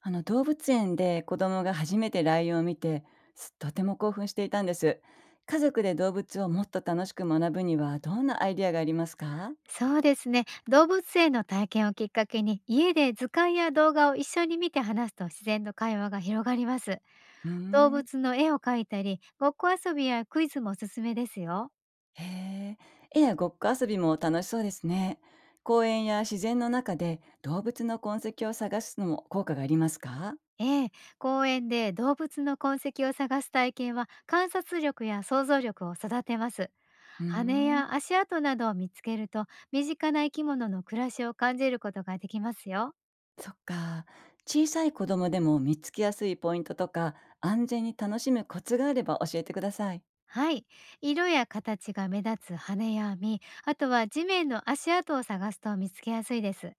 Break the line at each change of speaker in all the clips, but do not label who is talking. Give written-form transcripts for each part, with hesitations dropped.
あの動物園で子供が初めてライオンを見てとても興奮していたんです。家族で動物をもっと楽しく学ぶにはどんなアイデアがありますか？
そうですね。動物園の体験をきっかけに、家で図鑑や動画を一緒に見て話すと自然と会話が広がります。
うー
動
ん。
物の絵を描いたり、ごっこ遊びやクイズもおすすめですよ。
へえ。絵やごっこ遊びも楽しそうですね。公園や自然の中で動物の痕跡を探すのも効果がありますか？
ええ、公園で動物の痕跡を探す体験は観察力や想像力を育てます。
うー
羽
ん。
や足跡などを見つけると、身近な生き物の暮らしを感じることができますよ。
そっか。小さい子供でも見つけやすいポイントとか安全に楽しむコツがあれば教えてください。
はい。色や形が目立つ羽や網、あとは地面の足跡を探すと見つけやすいです。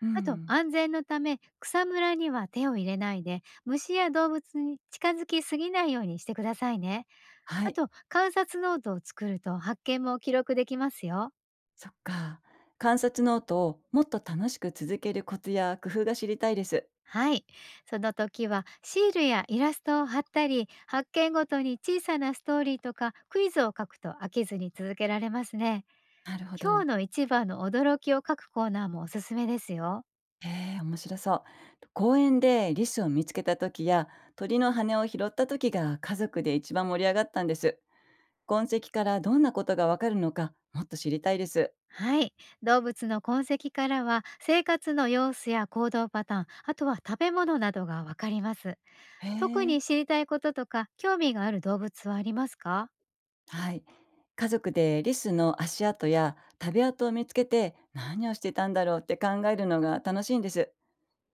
う
あと、
ん。
安全のため草むらには手を入れないで、虫や動物に近づきすぎないようにしてくださいね。
は
あ
い。
と、観察ノートを作ると発見も記録できますよ。
そっか。観察ノートをもっと楽しく続けるコツや工夫が知りたいです。
はい。その時はシールやイラストを貼ったり、発見ごとに小さなストーリーとかクイズを書くと飽きずに続けられますね。
なるほ
今日
ど。
の一番の驚きを書くコーナーもおすすめですよ。
へえ、面白そう。公園でリスを見つけた時や鳥の羽を拾った時が家族で一番盛り上がったんです。痕跡からどんなことがわかるのかもっと知りたいです。
はい。動物の痕跡からは生活の様子や行動パターン、あとは食べ物などがわかります。
へ
特
え。
に知りたいこととか、興味がある動物はありますか？
はい。家族でリスの足跡や食べ跡を見つけて何をしてたんだろうって考えるのが楽しいんです。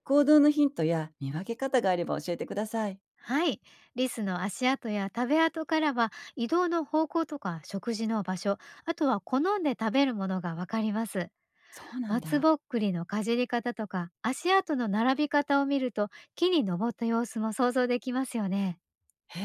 行動のヒントや見分け方があれば教えてください。
はい。リスの足跡や食べ跡からは移動の方向とか食事の場所、あとは好んで食べるものがわかります。
そうなん
松
だ。
ぼっくりのかじり方とか足跡の並び方を見ると、木に登った様子も想像できますよね。
へ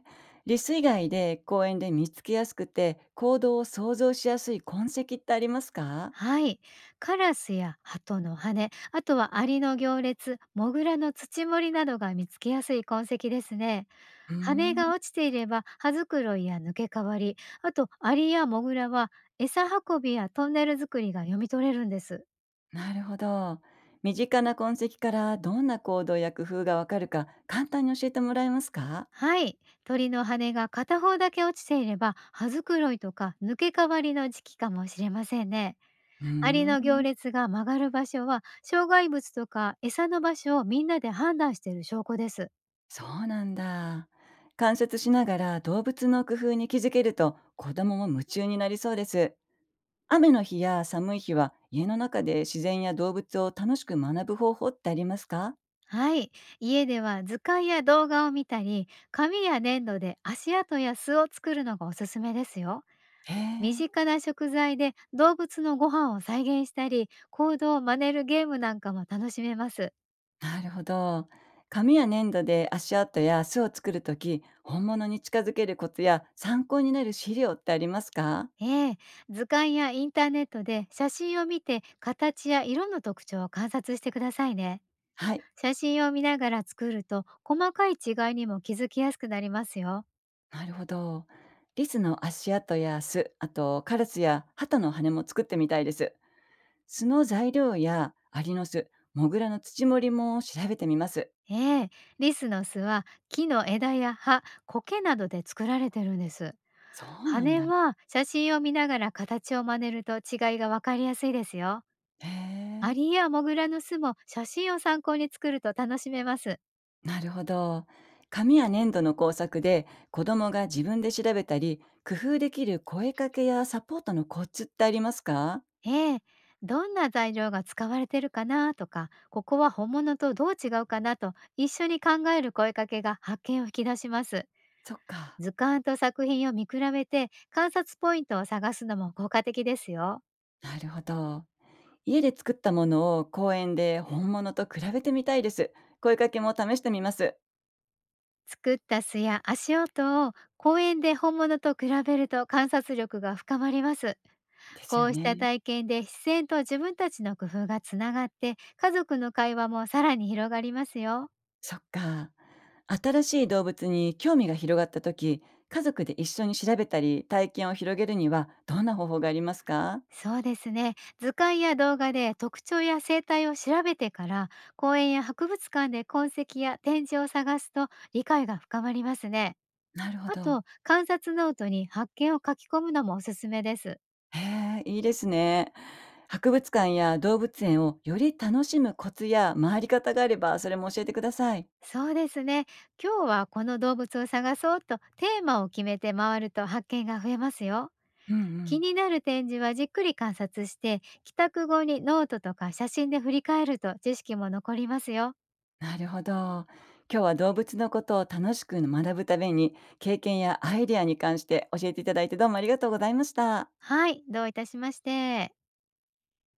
え。リス以外で公園で見つけやすくて行動を想像しやすい痕跡ってありますか？
はい。カラスや鳩の羽、あとはアリの行列、モグラの土盛りなどが見つけやすい痕跡ですね。
うー
羽
ん。
が落ちていれば葉づくろいや抜け変わり、あとアリやモグラは餌運びやトンネル作りが読み取れるんです。
なるほど。身近な痕跡からどんな行動や工夫がわかるか簡単に教えてもらえますか？
はい。鳥の羽が片方だけ落ちていれば、葉づくろいとか抜け変わりの時期かもしれませんね。
うー
アリの行
ん。
列が曲がる場所は、障害物とか餌の場所をみんなで判断している証拠です。
そうなんだ。観察しながら動物の工夫に気づけると子供も夢中になりそうです。雨の日や寒い日は家の中で自然や動物を楽しく学ぶ方法ってありますか？
はい。家では図鑑や動画を見たり、紙や粘土で足跡や巣を作るのがおすすめですよ。
へ
身
え。
近な食材で動物のご飯を再現したり、行動を真似るゲームなんかも楽しめます。
なるほど。紙や粘土で足跡や巣を作るとき、本物に近づけるコツや参考になる資料ってありますか？
ええ、図鑑やインターネットで写真を見て、形や色の特徴を観察してくださいね。
はい、
写真を見ながら作ると、細かい違いにも気づきやすくなりますよ。
なるほど。リスの足跡や巣、あとカラスや鳩の羽も作ってみたいです。巣の材料やアリの巣、モグラの土盛りも調べてみます。
ええ、リスの巣は木の枝や葉、苔などで作られてるんです。
そうなん
羽
だ。
は写真を見ながら形を真似ると、違いがわかりやすいですよ。
へ
ア
え。
リやモグラの巣も写真を参考に作ると楽しめます。
なるほど。紙や粘土の工作で子供が自分で調べたり、工夫できる声かけやサポートのコツってありますか？
ええ、どんな材料が使われてるかなとか、ここは本物とどう違うかなと、一緒に考える声かけが発見を引き出します。
そっか。
図鑑と作品を見比べて観察ポイントを探すのも効果的ですよ。
なるほど。家で作ったものを公園で本物と比べてみたいです。声かけも試してみます。
作った巣や足音を公園で本物と比べると、観察力が深まります。
です
こ
よ
うした
ね。
体験で自然と自分たちの工夫がつながって、家族の会話もさらに広がりますよ。
そっか。新しい動物に興味が広がった時、家族で一緒に調べたり体験を広げるにはどんな方法がありますか？
そうですね。図鑑や動画で特徴や生態を調べてから、公園や博物館で痕跡や展示を探すと理解が深まりますね。
なるほ
あ
ど。
と、観察ノートに発見を書き込むのもおすすめです。
へえ、いいですね。博物館や動物園をより楽しむコツや回り方があれば、それも教えてください。
そうですね。今日はこの動物を探そうとテーマを決めて回ると発見が増えますよ。
うんう
気
ん。
になる展示はじっくり観察して、帰宅後にノートとか写真で振り返ると知識も残りますよ。
なるほど。今日は動物のことを楽しく学ぶために、経験やアイデアに関して教えていただいてどうもありがとうございました。
はい、どういたしまして。